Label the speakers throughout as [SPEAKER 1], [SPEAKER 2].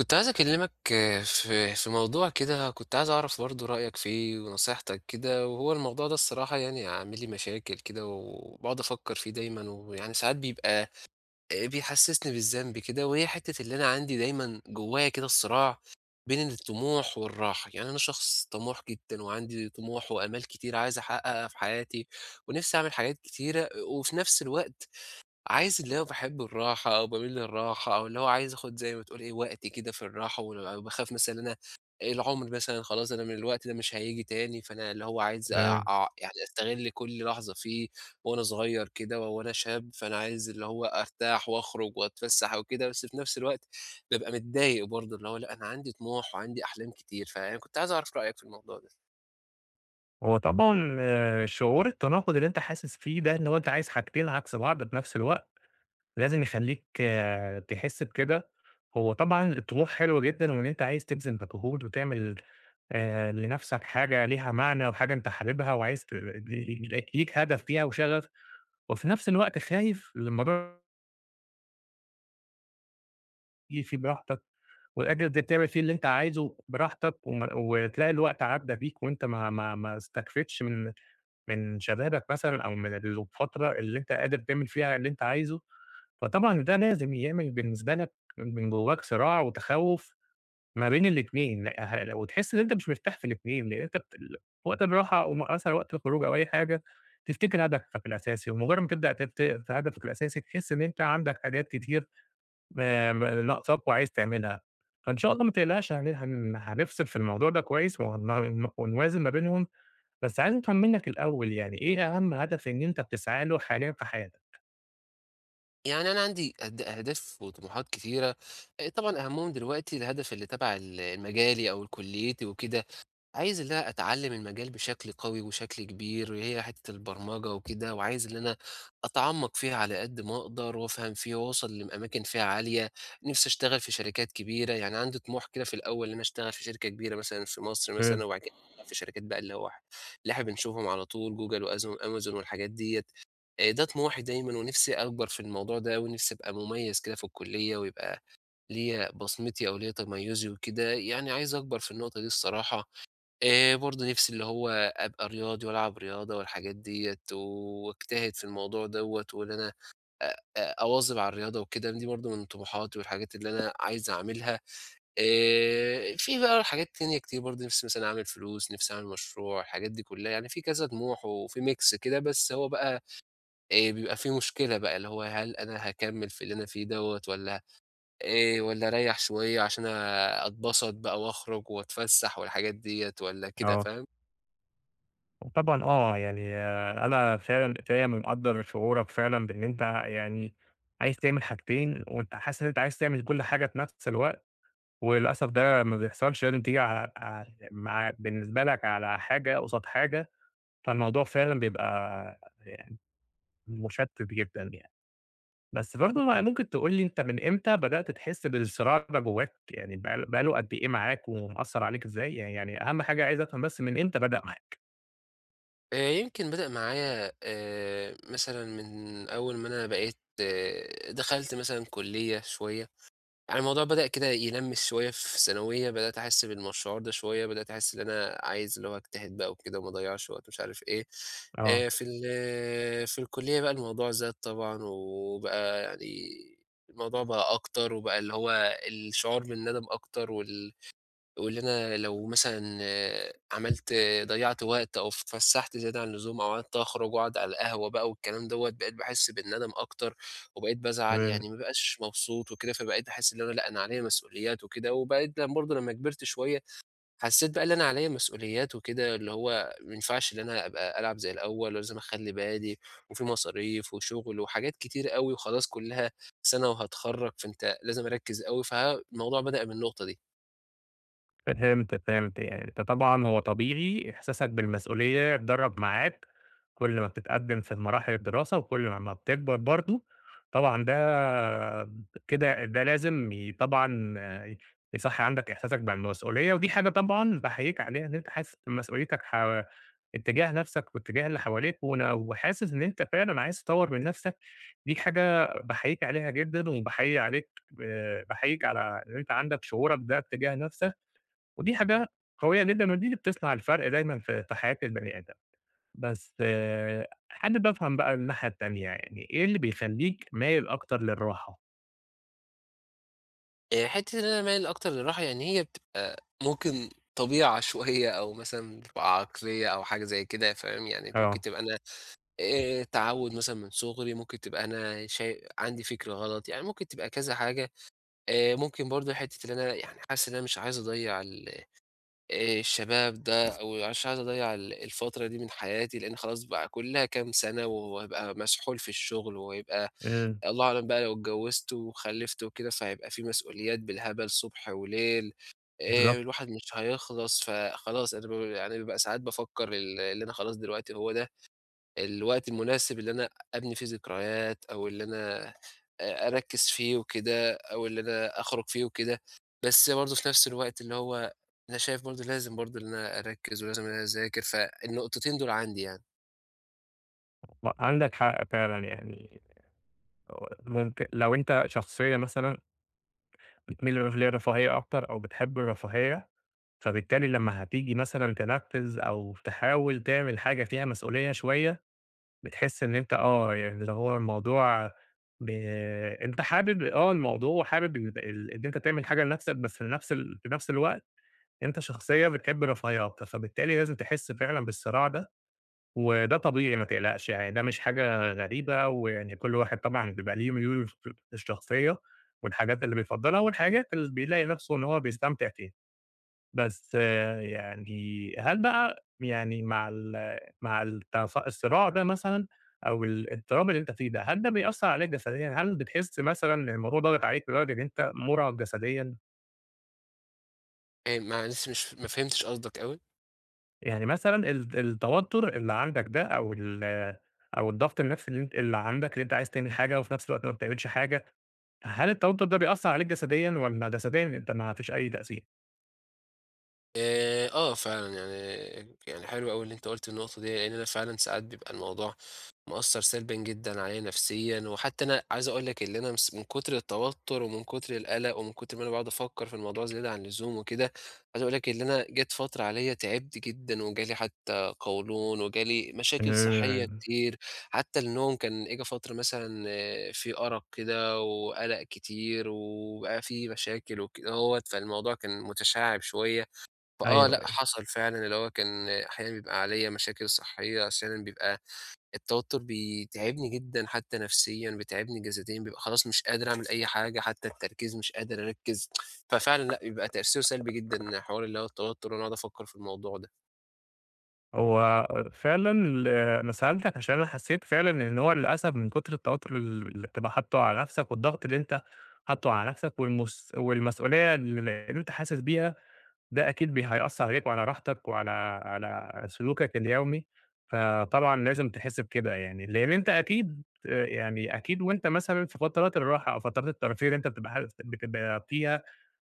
[SPEAKER 1] كنت عايز أكلمك في موضوع كده، كنت عايز أعرف برضه رأيك فيه ونصيحتك كده. وهو الموضوع ده الصراحة يعني عامل لي مشاكل كده، وبقعد أفكر فيه دايما، ويعني ساعات بيبقى بيحسسني بالذنب كده. وهي حتة اللي أنا عندي دايما جوايا كده الصراع بين الطموح والراحة. يعني أنا شخص طموح جدا وعندي طموح وآمال كتير عايز أحققها في حياتي، ونفسي أعمل حاجات كتيرة. وفي نفس الوقت عايز اللي هو باحب الراحة، أو باميل للراحة، أو اللي هو عايز آخُد زي ما تقول وقتي كده في الراحة. ول باخاف مثلًا إن أنا العُمر مثلًا خلاص، أنا من الوقت ده مش هييجي تاني. فأنا اللي هو عايز أ
[SPEAKER 2] إمم،
[SPEAKER 1] أع يعني أستغل كل لحظة فيه وأنا صغير كده وأنا شاب. فأنا عايز اللي هو أرتاح وأخرج وأتفسّح وكده، بس في نفس الوقت بابقى متضايق برضه، اللي هو لأ، أنا عندي طموح وعندي أحلام كتير. فأنا كنت عايز أعرف رأيك في الموضوع ده.
[SPEAKER 2] هو طبعًا شعور التناقض اللي أنت حاسس فيه ده، إن هو أنت عايز حاجتين عكس بعض في نفس الوقت، لازم يخلّيك تحس بكده. هو طبعًا الطموح حلو جدًا وإن أنت عايز تبذل مجهود وتعمل لنفسك حاجة ليها معنى وحاجة أنت حاببها وعايز ت ليك هدف فيها وشغف، وفي نفس الوقت خايف الموضوع ييجي فيه براحتك وقادر تعمل فيه اللي أنت عايزه براحتك وتلاقي الوقت عدّى بيك وأنت ما استكفيتش من شبابك مثلًا أو من الفترة اللي أنت قادر تعمل فيها اللي أنت عايزه، فطبعًا ده لازم يعمل بالنسبة لك من جواك صراع وتخوّف ما بين الاتنين. وتحس إن أنت مش مرتاح في الاتنين، لإن أنت بت ال وقت الراحة أو مثلًا وقت الخروج أو أي حاجة تفتكر هدفك الأساسي، ومجرد ما تبدأ في هدفك الأساسي تحس إن أنت عندك حاجات كتير م ناقصاك وعايز تعملها، فإن شاء الله ما تقلقش هن هن هنفصل في الموضوع ده كويس ونوازن ما بينهم. بس عايز أفهم منّك الأول يعني إيه أهم هدف إن أنت بتسعى له حاليًا في حياتك؟
[SPEAKER 1] يعني أنا عندي أهداف وطموحات كتيرة. طبعًا أهمهم دلوقتي الهدف اللي تبع مجالي أو كُلّيتي وكده. عايز إن أنا أتعلم المجال بشكل قوي وشكل كبير، وهي حتّة البرمجة وكده. وعايز إن أنا أتعمّق فيها على قد ما أقدر، وأفهم فيها وأوصل لأماكن فيها عالية. نِفْسي أشتغل في شركات كبيرة، يعني عندي طموح كده في الأول إن أنا أشتغل في شركة كبيرة مثلًا في مصر
[SPEAKER 2] إمم.
[SPEAKER 1] مثلًا، وبعد كده في شركات بقى اللي هو اللي إحنا بنشوفهم على طول: جوجل أمازون والحاجات ديّة. ده طموحي دايمًا، ونِفْسي أكبر في الموضوع ده، ونِفْسي أبقى مميّز كده في الكلية، ويبقى ليّا بصمتي أو ليّا تميُّزي وكده. يعني عايز أكبر في النقطة دي الصراحة. برضه نِفْسي اللي هو أبقى رياضي وألعب رياضة والحاجات ديّة، واجتهد في الموضوع دَوّة، وإن أنا أ أ أواظب على الرياضة وكده. دي برضه من طموحاتي والحاجات اللي أنا عايز أعملها. في بقى حاجات تانية كتير برضه، نِفْسي مثلًا أعمل فلوس، نِفْسي أعمل مشروع، الحاجات دي كُلّها. يعني في كذا طموح وفي mix كده. بس هو بقى بيبقى في مشكلة بقى، اللي هو هل أنا هاكمّل في اللي أنا فيه دَوّة، والّا أريّح شوية عشان أتبسط بقى وأخرج وأتفسّح والحاجات ديّة، والّا كده،
[SPEAKER 2] آه.
[SPEAKER 1] فاهم؟
[SPEAKER 2] وطبعًا أنا فعلًا مقدّر شعورك فعلًا بإن أنت يعني عايز تعمل حاجتين، وأنت حاسس إن أنت عايز تعمل كل حاجة في نفس الوقت، وللأسف ده ما بيحصلش، لازم تيجي ع ع مع بالنسبة لك على حاجة قصاد حاجة، فالموضوع فعلًا بيبقى يعني مشتت جدًا يعني. بس برضه ما ممكن تقول لي أنت من إمتى بدأت تحس بالصراع ده جواك؟ يعني بقى له قد إيه معاك ومأثّر عليك إزاي؟ يعني أهم حاجة عايز أفهم بس من إمتى بدأ معاك؟
[SPEAKER 1] يمكن بدأ معايا مثلًا من أول ما أنا بقيت دخلت مثلًا كُلّية شوية. يعني الموضوع بدأ كده يلمِّس شوية في ثانوية، بدأت أحس بالمشوار ده شوية، بدأت أحس إن أنا عايز اللي هو أجتهد بقى وكده وما أضيّعش وقت ومش عارف إيه. في ال آه، في الكُلّية بقى الموضوع زاد طبعًا وبقى يعني الموضوع بقى أكتر، وبقى اللي هو الشعور بالندم أكتر. وال يقول لنا لو مثلًا آه، عملت ضيّعت وقت أو اتفسّحت زيادة عن اللزوم أو قعدت أخرج وأقعد على القهوة بقى والكلام دوّة، بقيت باحس بالندم أكتر، وبقيت بازعل،
[SPEAKER 2] آه.
[SPEAKER 1] يعني ما بابقاش مبسوط وكده. فبقيت باحس إن أنا لأ، أنا عليّا مسؤوليات وكده. وبقيت لم برضه لمّا كبرت شوية حسّيت بقى إن أنا عليّا مسؤوليات وكده، اللي هو ما ينفعش إن أنا أبقى ألعب زي الأول ولازم أخلّي بالي. وفي مصاريف وشغل وحاجات كتير أوي، وخلاص كُلّها سَنة وهاتخرّج، فأنت لازم أركّز أوي. فالموضوع بدأ من النقطة دي.
[SPEAKER 2] فهمت، فهمت. يعني أنت طبعًا هو طبيعي إحساسك بالمسؤولية يتدرّب معاك كل ما بتتقدّم في مراحل الدراسة وكل ما بتكبر برضه. طبعًا ده لازم طبعًا يصحّي عندك إحساسك بالمسؤولية، ودي حاجة طبعًا باحييك عليها إن أنت حاسس بمسؤوليتك اتجاه نَفْسك واتجاه اللي حواليك وحاسس إن أنت فعلًا عايز تطوّر من نَفْسك. دي حاجة باحييك عليها جدًا وباحيي عليك باحييك على إن أنت عندك شعورك ده اتجاه نَفْسك. ودي حاجة قوية جدًا، ودي اللي بتصنع الفرق دايمًا في حياة البني آدم. بس آه، حابب أفهم بقى الناحية التانية، يعني إيه اللي بيخلّيك مايل أكتر للراحة؟
[SPEAKER 1] حتّة إن أنا مايل أكتر للراحة، يعني هي بتبقى ممكن طبيعة شوية، أو مثلًا بتبقى عقلية أو حاجة زي كده فاهم. يعني ممكن
[SPEAKER 2] آه.
[SPEAKER 1] تبقى أنا تعوُّد مثلًا من صغري، ممكن تبقى أنا عندي فكر غلط، يعني ممكن تبقى كذا حاجة. ممكن برضه حتّة إن أنا يعني حاسس إن أنا مش عايز أضيّع ال الشباب ده، أو مش عايز أضيّع الفترة دي من حياتي. لإن خلاص بقى كُلّها كام سَنة وهابقى مسحول في الشغل، وهيبقى
[SPEAKER 2] إمم.
[SPEAKER 1] الله أعلم بقى لو اتجوّزت وخلّفت وكده، فهيبقى في مسؤوليات بالهبل صبح وليل.
[SPEAKER 2] بالضبط.
[SPEAKER 1] الواحد مش هيخلص. فخلاص أنا يعني بابقى ساعات بافكّر اللي أنا خلاص دلوقتي هو ده الوقت المناسب اللي أنا أبني فيه ذكريات، أو اللي أنا أركّز فيه وكده، أو اللي أنا أخرج فيه وكده. بس برضه في نفس الوقت اللي هو أنا شايف برضه لازم برضه إن أنا أركّز ولازم إن أنا أذاكر. فالنقطتين دول عندي يعني.
[SPEAKER 2] عندك حق فعلًا يعني ممكن لو أنت شخصية مثلًا بتميل للرفاهية أكتر أو بتحب الرفاهية، فبالتالي لمّا هتيجي مثلًا تنفّذ أو تحاول تعمل حاجة فيها مسؤولية شوية بتحس إن أنت يعني اللي هو الموضوع ب أنت حابب الموضوع وحابب ال ال إن أنت تعمل حاجة لنفسك، بس في نفس الوقت أنت شخصية بتحب الرفاهية أكتر، فبالتالي لازم تحس فعلًا بالصراع ده، وده طبيعي ما تقلقش يعني ده مش حاجة غريبة. ويعني كل واحد طبعًا بيبقى ليه ميوله الشخصية والحاجات اللي بيفضّلها والحاجات اللي بيلاقي نفسه إن هو بيستمتع فيها. بس آه، يعني هل بقى يعني مع ال مع التص الصراع ده مثلًا أو ال الاضطراب اللي أنت فيه ده، هل ده بيأثّر عليك جسديًا؟ هل بتحس مثلًا إن الموضوع ضاغط عليك لدرجة إن أنت مُرهَق جسديًا؟
[SPEAKER 1] معلش مش ما فهمتش قصدك أوي.
[SPEAKER 2] يعني مثلًا التوتر اللي عندك ده أو الضغط النفسي اللي أنت اللي عندك اللي أنت عايز تعمل حاجة وفي نفس الوقت ما بتعملش حاجة، هل التوتر ده بيأثّر عليك جسديًا والّا جسديًا أنت ما فيش أي تأثير؟
[SPEAKER 1] آه فعلًا يعني، يعني حلو أوي اللي أنت قُلت النقطة دي. لإن أنا فعلًا ساعات بيبقى الموضوع مأثّر سلبًا جدًا عليَّ نفسيًا. وحتى أنا عايز أقول لك اللي أنا مس من كتر التوتر ومن كتر القلق ومن كتر ما أنا باقعد أفكّر في الموضوع زيادة عن اللزوم وكده، عايز أقول لك اللي أنا جات فترة عليَّ تعبت جدًا، وجالي حتى قولون، وجالي مشاكل
[SPEAKER 2] آآ
[SPEAKER 1] صحية كتير. حتى النوم كان إجا فترة مثلًا في أرق كده وقلق كتير، وبقى في مشاكل وكدهوّة. فالموضوع كان متشعِّب شوية. فآه، لأ،
[SPEAKER 2] أيوه.
[SPEAKER 1] حصل فعلًا اللي هو كان أحيانًا بيبقى عليّا مشاكل صحية، أحيانًا بيبقى التوتر بيتعبني جدًا حتى نفسيًا، بيتعبني جسديًا، بيبقى خلاص مش قادر أعمل أي حاجة، حتى التركيز مش قادر أركّز. ففعلًا لأ، بيبقى تأثيره سلبي جدًا حوار اللي هو التوتر وأنا أقعد أفكّر في الموضوع ده.
[SPEAKER 2] هو فعلًا أنا سألتك عشان أنا حسيت فعلًا إن هو للأسف من كتر التوتر اللي بتبقى حاطّه على نفْسك والضغط اللي أنت حاطّه على نفْسك والمسؤولية اللي أنت حاسس بيها، ده أكيد هيأثّر عليك وعلى راحتك على سلوكك اليومي، فطبعًا لازم تحس بكده يعني، لإن أنت أكيد آه، يعني أكيد وأنت مثلًا في فترات الراحة أو فترات الترفيه اللي أنت بتبقى فيها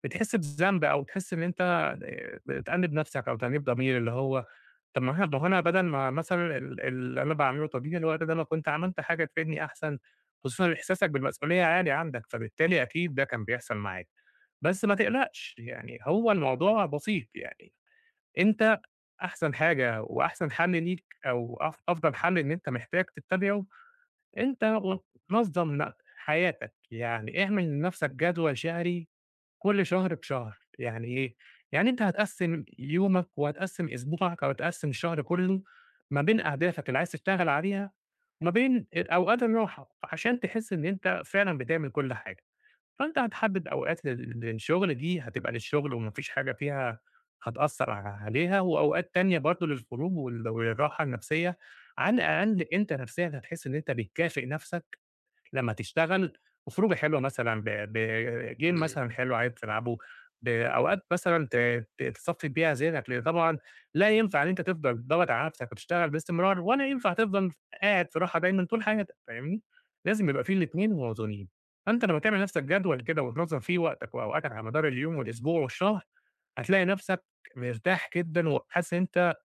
[SPEAKER 2] بتحس بذنب أو تحس إن أنت بتأنِّب نَفْسك أو تأنيب ضمير، اللي هو طَب ما أنا ما هو أنا بدل ما مثلًا اللي أنا باعمله طبيعي الوقت ده أنا كنت عملت حاجة تفيدني أحسن، خصوصًا إحساسك بالمسؤولية عالي عندك، فبالتالي أكيد ده كان بيحصل معاك. بس ما تقلقش، يعني هو الموضوع بسيط يعني. أنت أحسن حاجة وأحسن حَل ليك أو أف أفضل حَل إن أنت محتاج تتّبعه. أنت و نظّم ن حياتك، يعني اعمل لنَفْسك جدول شهري كل شهر بشهر، يعني إيه، يعني أنت هتقسّم يومك وهتقسّم أسبوعك أو هتقسّم الشهر كلّه ما بين أهدافك اللي عايز تشتغل عليها وما بين أوقات الراحة، عشان تحس إن أنت فعلًا بتعمل كل حاجة. فأنت هتحدد أوقات للشغل دي هتبقى للشغل وما فيش حاجة فيها هتأثّر ع عليها، وأوقات تانية برضه للخروج وال والراحة النفسية. على الأقل أنت نفسيًا هتحس إن أنت بتكافئ نفسك لمّا تشتغل بخروجة حلوة مثلًا بgame
[SPEAKER 1] إمم.
[SPEAKER 2] مثلًا حلو عايز تلعبه، بأوقات مثلًا ت ت تصفّي بيها ذهنك، لإن طبعًا لا ينفع إن أنت تفضل تضغط على نفسك وتشتغل باستمرار، ولا ينفع تفضل قاعد في راحة دايمًا طول حياتك، فاهمني؟ لازم يبقى في الاتنين موازونين. فأنت لمّا تعمل لنفسك جدول كده وتنظّم فيه وقتك وأوقاتك على مدار اليوم والأسبوع والشهر، هتلاقي نفسك مرتاح جدًا وحاسس إن أنت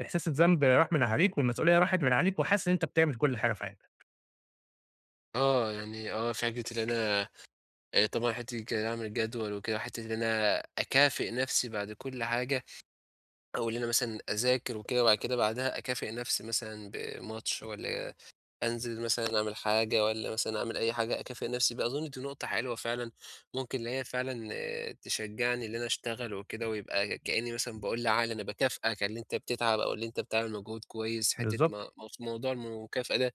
[SPEAKER 2] إحساس الذنب راح من عليك والمسؤولية راحت من عليك، وحاسس إن أنت بتعمل كل حاجة في حياتك.
[SPEAKER 1] آه، يعني آه، فكرة اللي أنا طبعًا حتّة كده أعمل جدول وكده، حتّة اللي أنا أكافئ نفسي بعد كل حاجة، أو اللي أنا مثلًا أذاكر وكده وبعد كده بعدها أكافئ نفسي مثلًا بماتش، والّا أنزل مثلًا أعمل حاجة، والّا مثلًا أعمل أي حاجة أكافئ نفسي بيها. أظن دي نقطة حلوة فعلًا، ممكن اللي هي فعلًا آه، تشجّعني إن أنا أشتغل وكده، ويبقى كإني مثلًا باقول لعقلي أنا باكافئك على اللي أنت بتتعب أو اللي أنت بتعمل مجهود كويس. حتّة م
[SPEAKER 2] بالضبط.
[SPEAKER 1] مف موضوع المكافأة ده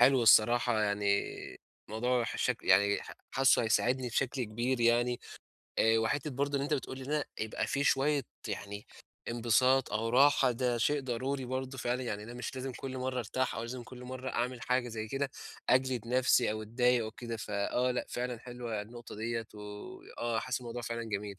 [SPEAKER 1] حلو الصراحة يعني. موضوع يعني حاسّه هيساعدني بشكل كبير يعني. وحتّة برضه إن أنت بتقول لي إن أنا يبقى في شوية يعني انبساط أو راحة، ده شيء ضروري برضه فعلًا. يعني أنا مش لازم كل مرّة أرتاح، أو لازم كل مرّة أعمل حاجة زي كده أجلد نَفْسي أو أتضايق أو كده. فآه لأ، فعلًا حلوة النقطة ديّة، وآه، حاسس الموضوع فعلًا جميل.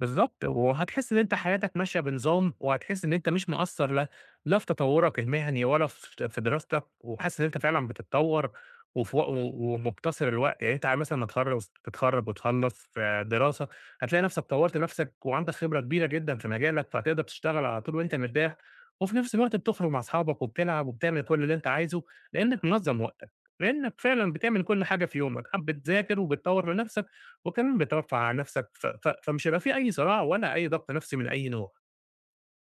[SPEAKER 2] بالضبط، وهتحس إن أنت حياتك ماشية بنظام، وهتحس إن أنت مش مقصّر لا في تطوّرك المهني ولا في دراستك، وحاسس إن أنت فعلًا بتتطوّر وفي وق- و ومقتصر الوقت. يعني أنت مثلًا هتخلّص تتخرّج وتخلّص دراسة، هتلاقي نفسك طوّرت نفسك وعندك خبرة كبيرة جدًا في مجالك، فهتقدر تشتغل على طول وأنت مرتاح، وفي نفس الوقت بتخرج مع أصحابك وبتلعب وبتعمل كل اللي أنت عايزه، لإنك منظّم وقتك، لإنك فعلًا بتعمل كل حاجة في يومك، بتذاكر وبتطوّر من نفسك. وكمان بترفّه عن نَفْسك ف ف فمش هيبقى في أي صراع ولا أي ضغط نَفْسي من أي نوع.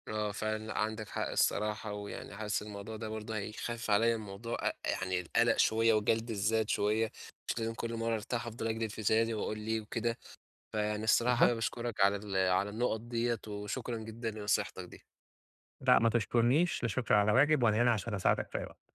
[SPEAKER 1] آه فعلًا لأ، عندك حق الصراحة. ويعني حاسس الموضوع ده برضه هيخفف عليّا الموضوع أ يعني القلق شوية وجلد الذات شوية. مش لازم كل مرّة أرتاح أفضل أجلد في ذاتي وأقول ليه وكده. فيعني الصراحة حابب
[SPEAKER 2] بالضبط.
[SPEAKER 1] أشكرك على على النُقط ديّة، وشكرًا جدًا لنصيحتك دي.
[SPEAKER 2] لأ ما تشكرنيش، لا شكر على واجب وأنا هنا عشان أساعدك في أي وقت.